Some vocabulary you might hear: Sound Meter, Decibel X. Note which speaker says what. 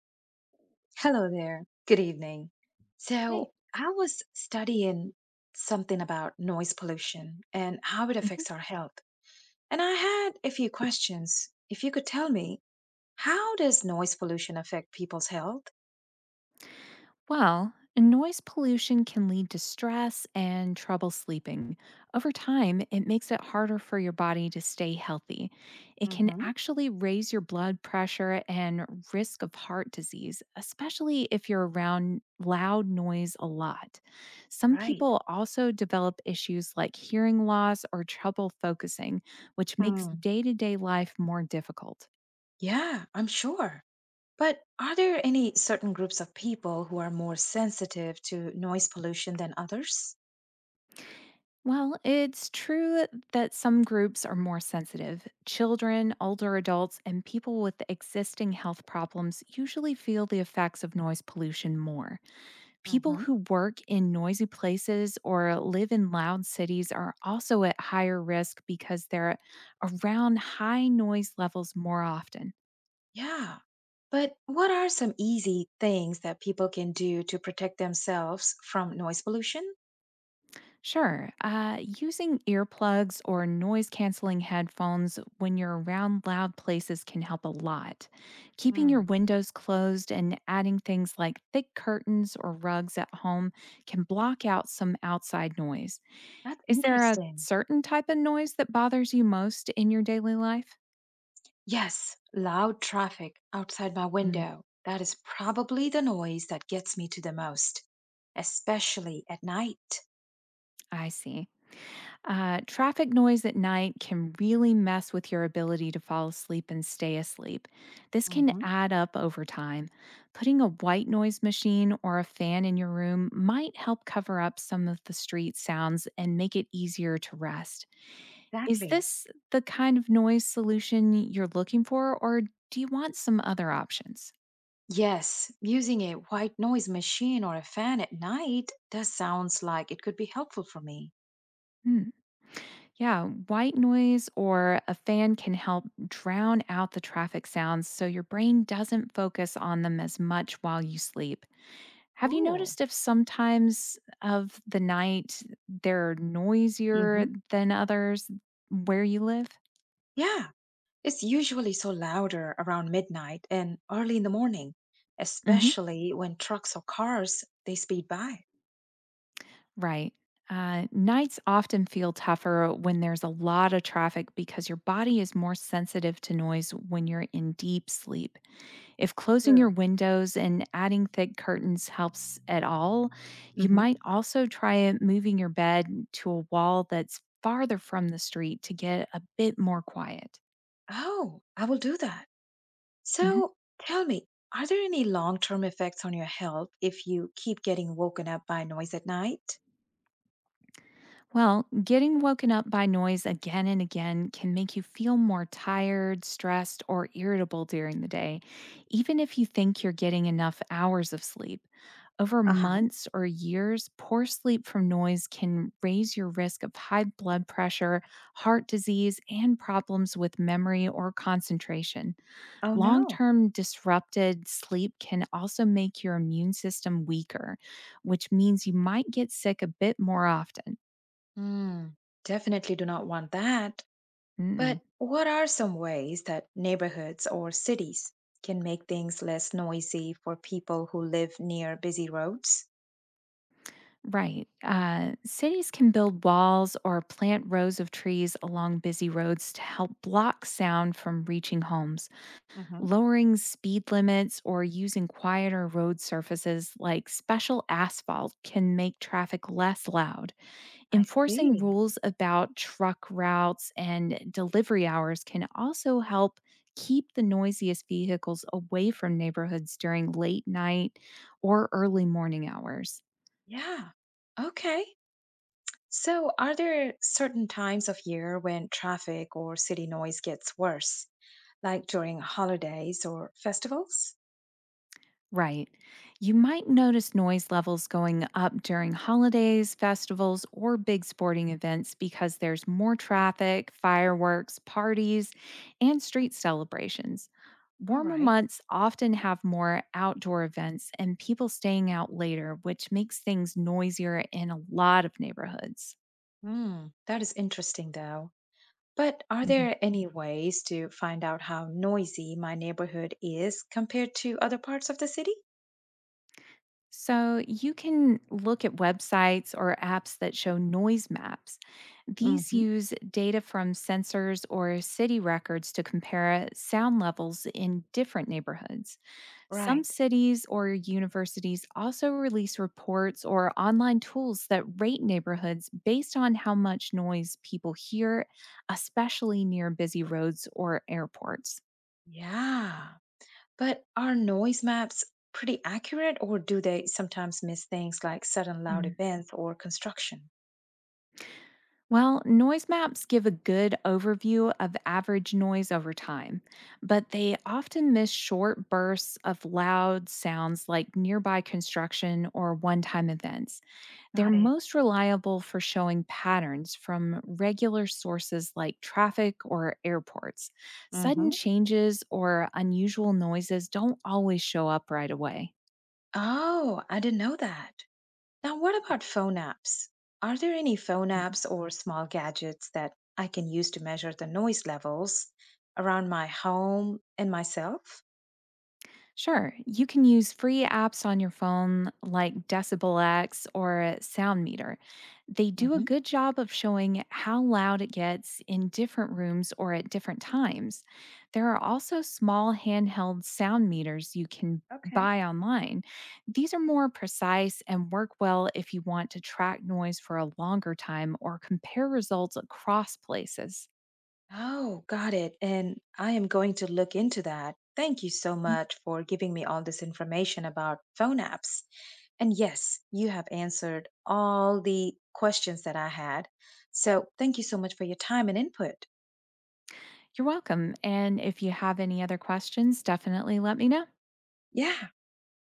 Speaker 1: Hello there. Good evening.
Speaker 2: Hey.
Speaker 1: I was studying something about noise pollution and how it
Speaker 2: Mhm.
Speaker 1: affects our health. And I had a few questions. If you could tell me, how does noise pollution affect people's health?
Speaker 2: Well, noise pollution can lead to stress and trouble sleeping. Over time, it makes it harder for your body to stay healthy. It can
Speaker 1: Mm-hmm.
Speaker 2: actually raise your blood pressure and risk of heart disease, especially if you're around loud noise a lot. Some
Speaker 1: Right.
Speaker 2: people also develop issues like hearing loss or trouble focusing, which makes
Speaker 1: Hmm.
Speaker 2: day to day life more difficult.
Speaker 1: Yeah, I'm sure. But are there any certain groups of people who are more sensitive to noise pollution than others?
Speaker 2: Well, it's true that some groups are more sensitive. Children, older adults, and people with existing health problems usually feel the effects of noise pollution more. People who work in noisy places or live in loud cities are also at higher risk because they're around high noise levels more often.
Speaker 1: Yeah. But what are some easy things that people can do to protect themselves from noise pollution?
Speaker 2: Sure. Using earplugs or noise canceling headphones when you're around loud places can help a lot. Keeping your
Speaker 1: Hmm,
Speaker 2: windows closed and adding things like thick curtains or rugs at home can block out some outside noise.
Speaker 1: that's
Speaker 2: Is there a
Speaker 1: interesting.
Speaker 2: certain type of noise that bothers you most in your daily life?
Speaker 1: Yes, loud traffic outside my
Speaker 2: Mm,
Speaker 1: window. That is probably the noise that gets me to the most, especially at night.
Speaker 2: I see. Traffic noise at night can really mess with your ability to fall asleep and stay asleep. This can
Speaker 1: Hmm.
Speaker 2: add up over time. Putting a white noise machine or a fan in your room might help cover up some of the street sounds and make it easier to rest. Is
Speaker 1: Exactly.
Speaker 2: this the kind of noise solution you're looking for, or do you want some other options?
Speaker 1: Yes, using a white noise machine or a fan at night does sounds like it could be helpful for me.
Speaker 2: Hmm. Yeah, white noise or a fan can help drown out the traffic sounds so your brain doesn't focus on them as much while you sleep. Have you
Speaker 1: Cool.
Speaker 2: noticed if sometimes of the night they're
Speaker 1: Mhm.
Speaker 2: noisier
Speaker 1: Hmm.
Speaker 2: than others where you live?
Speaker 1: Yeah. It's usually so louder around midnight and early in the morning,
Speaker 2: hmm
Speaker 1: especially when trucks or cars they speed by.
Speaker 2: Right. Nights often feel tougher when there's a lot of traffic because your body is more sensitive to noise when you're in deep sleep. If closing your
Speaker 1: True.
Speaker 2: windows and adding thick curtains helps at all, you
Speaker 1: Hmm.
Speaker 2: might also try moving your bed to a wall that's farther from the street to get a bit more quiet.
Speaker 1: Oh, I will do that.
Speaker 2: Mhm.
Speaker 1: So tell me, are there any long-term effects on your health if you keep getting woken up by noise at night?
Speaker 2: Well, getting woken up by noise again and again can make you feel more tired, stressed, or irritable during the day, even if you think you're getting enough hours of sleep. Over
Speaker 1: Uh huh.
Speaker 2: months or years, poor sleep from noise can raise your risk of high blood pressure, heart disease, and problems with memory or concentration.
Speaker 1: Oh
Speaker 2: Long
Speaker 1: no.
Speaker 2: term disrupted sleep can also make your immune system weaker, which means you might get sick a bit more often.
Speaker 1: Hmm, definitely do not want that. But
Speaker 2: Mm-mm.
Speaker 1: what are some ways that neighborhoods or cities can make things less noisy for people who live near busy roads?
Speaker 2: Right. Cities can build walls or plant rows of trees along busy roads to help block sound from reaching homes.
Speaker 1: Mhm.
Speaker 2: Lowering speed limits or using quieter road surfaces like special asphalt can make traffic less loud.
Speaker 1: I
Speaker 2: Enforcing
Speaker 1: see.
Speaker 2: rules about truck routes and delivery hours can also help keep the noisiest vehicles away from neighborhoods during late night or early morning hours.
Speaker 1: Yeah. Okay. So, are there certain times of year when traffic or city noise gets worse, like during holidays or festivals?
Speaker 2: Right. You might notice noise levels going up during holidays, festivals, or big sporting events because there's more traffic, fireworks, parties, and street celebrations.
Speaker 1: All
Speaker 2: Warmer
Speaker 1: right.
Speaker 2: months often have more outdoor events and people staying out later, which makes things noisier in a lot of neighborhoods.
Speaker 1: Hmm. That is interesting, though. But are
Speaker 2: Mhm.
Speaker 1: there any ways to find out how noisy my neighborhood is compared to other parts of the city?
Speaker 2: So you can look at websites or apps that show noise maps. These
Speaker 1: Mhm.
Speaker 2: use data from sensors or city records to compare sound levels in different neighborhoods. Some
Speaker 1: Right.
Speaker 2: cities or universities also release reports or online tools that rate neighborhoods based on how much noise people hear, especially near busy roads or airports.
Speaker 1: Yeah. But are noise maps pretty accurate, or do they sometimes miss things like sudden loud events or construction?
Speaker 2: Well, noise maps give a good overview of average noise over time, but they often miss short bursts of loud sounds like nearby construction or one time events. They're
Speaker 1: Got it.
Speaker 2: most reliable for showing patterns from regular sources like traffic or airports. Sudden
Speaker 1: Hmm.
Speaker 2: changes or unusual noises don't always show up right away.
Speaker 1: Oh, I didn't know that. Now, what about phone apps? Are there any phone apps or small gadgets that I can use to measure the noise levels around my home and myself?
Speaker 2: Sure, you can use free apps on your phone like Decibel X or Sound Meter. They do a
Speaker 1: Hmm.
Speaker 2: good job of showing how loud it gets in different rooms or at different times. There are also small handheld sound meters you can
Speaker 1: Okay.
Speaker 2: buy online. These are more precise and work well if you want to track noise for a longer time or compare results across places.
Speaker 1: Oh, got it. And I am going to look into that. Thank you so much for giving me all this information about phone apps. And yes, you have answered all the questions that I had. So thank you so much for your time and input.
Speaker 2: You're welcome. And if you have any other questions, definitely let me know.
Speaker 1: Yeah.